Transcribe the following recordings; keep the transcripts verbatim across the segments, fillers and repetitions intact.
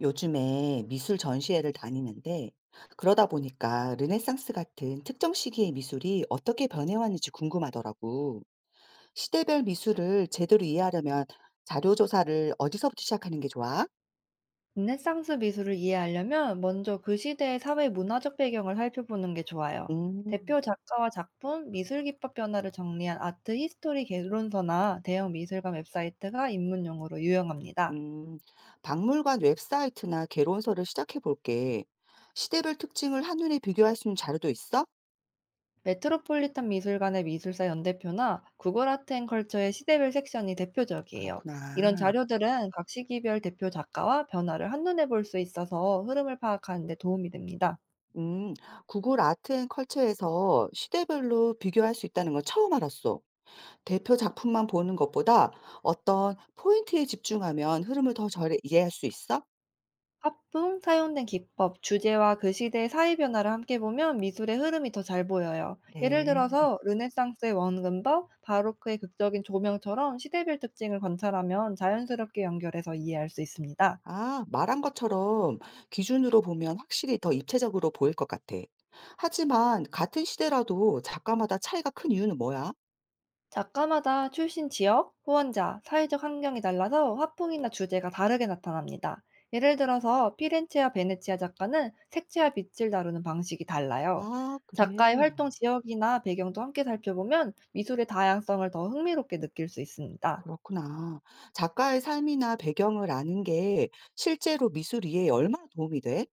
요즘에 미술 전시회를 다니는데 그러다 보니까 르네상스 같은 특정 시기의 미술이 어떻게 변해왔는지 궁금하더라고. 시대별 미술을 제대로 이해하려면 자료 조사를 어디서부터 시작하는 게 좋아? 르네상스 미술을 이해하려면 먼저 그 시대의 사회 문화적 배경을 살펴보는 게 좋아요. 음, 대표 작가와 작품, 미술 기법 변화를 정리한 아트 히스토리 개론서나 대형 미술관 웹사이트가 입문용으로 유용합니다. 음, 박물관 웹사이트나 개론서를 시작해 볼게. 시대별 특징을 한눈에 비교할 수 있는 자료도 있어? 메트로폴리탄 미술관의 미술사 연대표나 구글 아트 앤 컬처의 시대별 섹션이 대표적이에요. 이런 그렇구나. 자료들은 각 시기별 대표 작가와 변화를 한눈에 볼 수 있어서 흐름을 파악하는 데 도움이 됩니다. 음, 구글 아트 앤 컬처에서 시대별로 비교할 수 있다는 건 처음 알았어. 대표 작품만 보는 것보다 어떤 포인트에 집중하면 흐름을 더 잘 이해할 수 있어? 화풍, 사용된 기법, 주제와 그 시대의 사회 변화를 함께 보면 미술의 흐름이 더 잘 보여요. 예를 그래. 들어서 르네상스의 원근법, 바로크의 극적인 조명처럼 시대별 특징을 관찰하면 자연스럽게 연결해서 이해할 수 있습니다. 아, 말한 것처럼 기준으로 보면 확실히 더 입체적으로 보일 것 같아. 하지만 같은 시대라도 작가마다 차이가 큰 이유는 뭐야? 작가마다 출신 지역, 후원자, 사회적 환경이 달라서 화풍이나 주제가 다르게 나타납니다. 예를 들어서 피렌체와 베네치아 작가는 색채와 빛을 다루는 방식이 달라요. 아, 작가의 그래. 활동 지역이나 배경도 함께 살펴보면 미술의 다양성을 더 흥미롭게 느낄 수 있습니다. 그렇구나. 작가의 삶이나 배경을 아는 게 실제로 미술 이해에 얼마나 도움이 돼?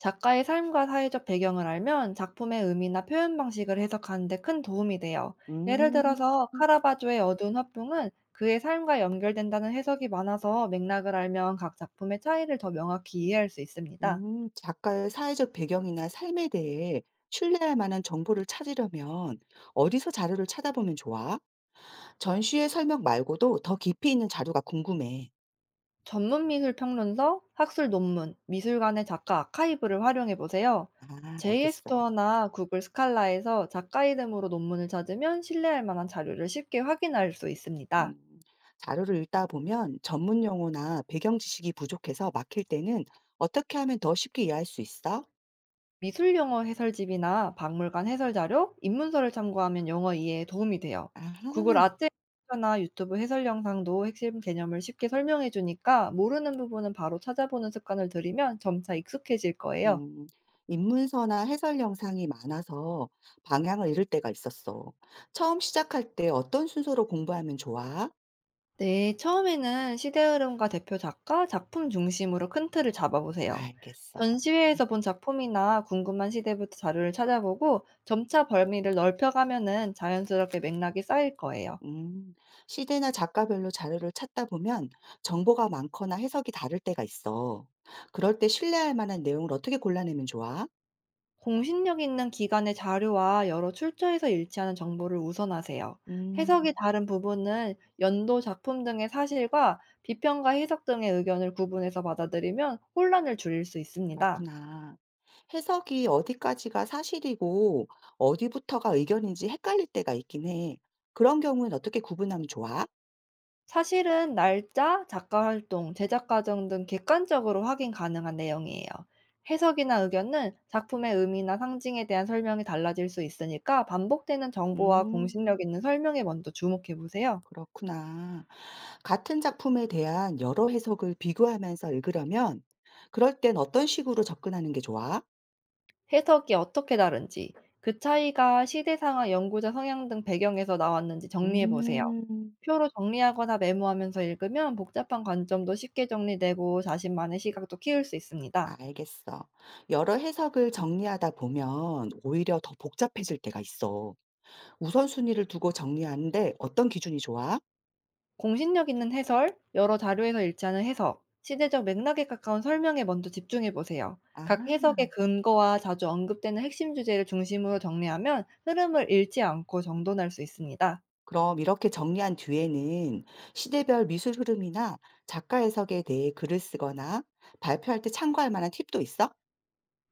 작가의 삶과 사회적 배경을 알면 작품의 의미나 표현 방식을 해석하는 데 큰 도움이 돼요. 예를 들어서 음. 카라바조의 어두운 화풍은 그의 삶과 연결된다는 해석이 많아서 맥락을 알면 각 작품의 차이를 더 명확히 이해할 수 있습니다. 음, 작가의 사회적 배경이나 삶에 대해 신뢰할 만한 정보를 찾으려면 어디서 자료를 찾아보면 좋아? 전시의 설명 말고도 더 깊이 있는 자료가 궁금해. 전문 미술 평론서, 학술 논문, 미술관의 작가 아카이브를 활용해 보세요. 아, 제이에스 알겠어. 스토어나 구글 스칼라에서 작가 이름으로 논문을 찾으면 신뢰할 만한 자료를 쉽게 확인할 수 있습니다. 음, 자료를 읽다 보면 전문 용어나 배경 지식이 부족해서 막힐 때는 어떻게 하면 더 쉽게 이해할 수 있어? 미술 영어 해설집이나 박물관 해설 자료, 입문서를 참고하면 영어 이해에 도움이 돼요. 구글 아하, 아트나 유튜브 해설 영상도 핵심 개념을 쉽게 설명해 주니까 모르는 부분은 바로 찾아보는 습관을 들이면 점차 익숙해질 거예요. 음, 입문서나 해설 영상이 많아서 방향을 잃을 때가 있었어. 처음 시작할 때 어떤 순서로 공부하면 좋아? 네, 처음에는 시대 흐름과 대표 작가, 작품 중심으로 큰 틀을 잡아보세요. 알겠어. 음. 전시회에서 본 작품이나 궁금한 시대부터 자료를 찾아보고 점차 범위를 넓혀가면은 자연스럽게 맥락이 쌓일 거예요. 음. 시대나 작가별로 자료를 찾다 보면 정보가 많거나 해석이 다를 때가 있어. 그럴 때 신뢰할 만한 내용을 어떻게 골라내면 좋아? 공신력 있는 기관의 자료와 여러 출처에서 일치하는 정보를 우선하세요. 해석이 음, 다른 부분은 연도 작품 등의 사실과 비평과 해석 등의 의견을 구분해서 받아들이면 혼란을 줄일 수 있습니다. 그렇구나. 해석이 어디까지가 사실이고 어디부터가 의견인지 헷갈릴 때가 있긴 해. 그런 경우엔 어떻게 구분하면 좋아? 사실은 날짜, 작가 활동, 제작 과정 등 객관적으로 확인 가능한 내용이에요. 해석이나 의견은 작품의 의미나 상징에 대한 설명이 달라질 수 있으니까 반복되는 정보와 공신력 음, 있는 설명에 먼저 주목해 보세요. 그렇구나. 같은 작품에 대한 여러 해석을 비교하면서 읽으려면 그럴 땐 어떤 식으로 접근하는 게 좋아? 해석이 어떻게 다른지, 그 차이가 시대상화 연구자 성향 등 배경에서 나왔는지 정리해 보세요. 음. 표로 정리하거나 메모하면서 읽으면 복잡한 관점도 쉽게 정리되고 자신만의 시각도 키울 수 있습니다. 알겠어. 여러 해석을 정리하다 보면 오히려 더 복잡해질 때가 있어. 우선순위를 두고 정리하는데 어떤 기준이 좋아? 공신력 있는 해설, 여러 자료에서 일치하는 해석, 시대적 맥락에 가까운 설명에 먼저 집중해 보세요. 아, 각 해석의 근거와 자주 언급되는 핵심 주제를 중심으로 정리하면 흐름을 잃지 않고 정돈할 수 있습니다. 그럼 이렇게 정리한 뒤에는 시대별 미술 흐름이나 작가 해석에 대해 글을 쓰거나 발표할 때 참고할 만한 팁도 있어?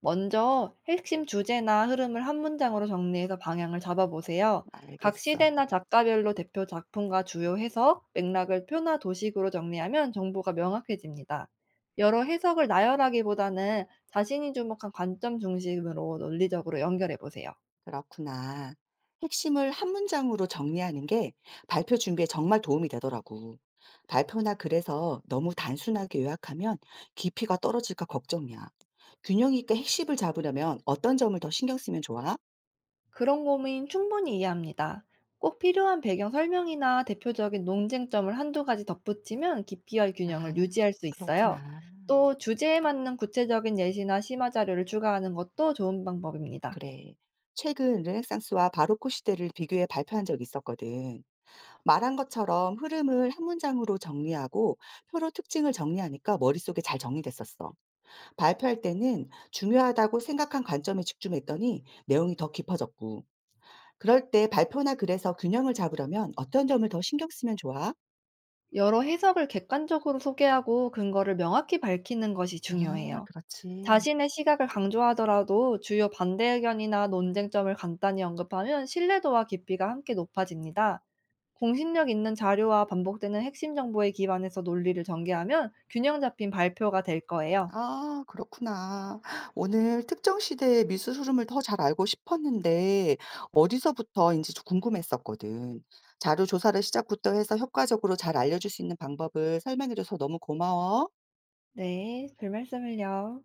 먼저 핵심 주제나 흐름을 한 문장으로 정리해서 방향을 잡아보세요. 각 알겠어. 시대나 작가별로 대표 작품과 주요 해석, 맥락을 표나 도식으로 정리하면 정보가 명확해집니다. 여러 해석을 나열하기보다는 자신이 주목한 관점 중심으로 논리적으로 연결해 보세요. 그렇구나. 핵심을 한 문장으로 정리하는 게 발표 준비에 정말 도움이 되더라고. 발표나 글에서 너무 단순하게 요약하면 깊이가 떨어질까 걱정이야. 균형 있게 핵심을 잡으려면 어떤 점을 더 신경 쓰면 좋아? 그런 고민 충분히 이해합니다. 꼭 필요한 배경 설명이나 대표적인 논쟁점을 한두 가지 덧붙이면 깊이와 아, 균형을 유지할 수 있어요. 그렇구나. 또 주제에 맞는 구체적인 예시나 심화 자료를 추가하는 것도 좋은 방법입니다. 그래. 최근 르네상스와 바로크 시대를 비교해 발표한 적이 있었거든. 말한 것처럼 흐름을 한 문장으로 정리하고 표로 특징을 정리하니까 머릿속에 잘 정리됐었어. 발표할 때는 중요하다고 생각한 관점에 집중했더니 내용이 더 깊어졌고, 그럴 때 발표나 글에서 균형을 잡으려면 어떤 점을 더 신경 쓰면 좋아? 여러 해석을 객관적으로 소개하고 근거를 명확히 밝히는 것이 아, 중요해요. 그렇지. 자신의 시각을 강조하더라도 주요 반대 의견이나 논쟁점을 간단히 언급하면 신뢰도와 깊이가 함께 높아집니다. 공신력 있는 자료와 반복되는 핵심 정보에 기반해서 논리를 전개하면 균형 잡힌 발표가 될 거예요. 아, 그렇구나. 오늘 특정 시대의 미술 흐름을 더 잘 알고 싶었는데, 어디서부터인지 좀 궁금했었거든. 자료 조사를 시작부터 해서 효과적으로 잘 알려줄 수 있는 방법을 설명해줘서 너무 고마워. 네, 별 말씀을요.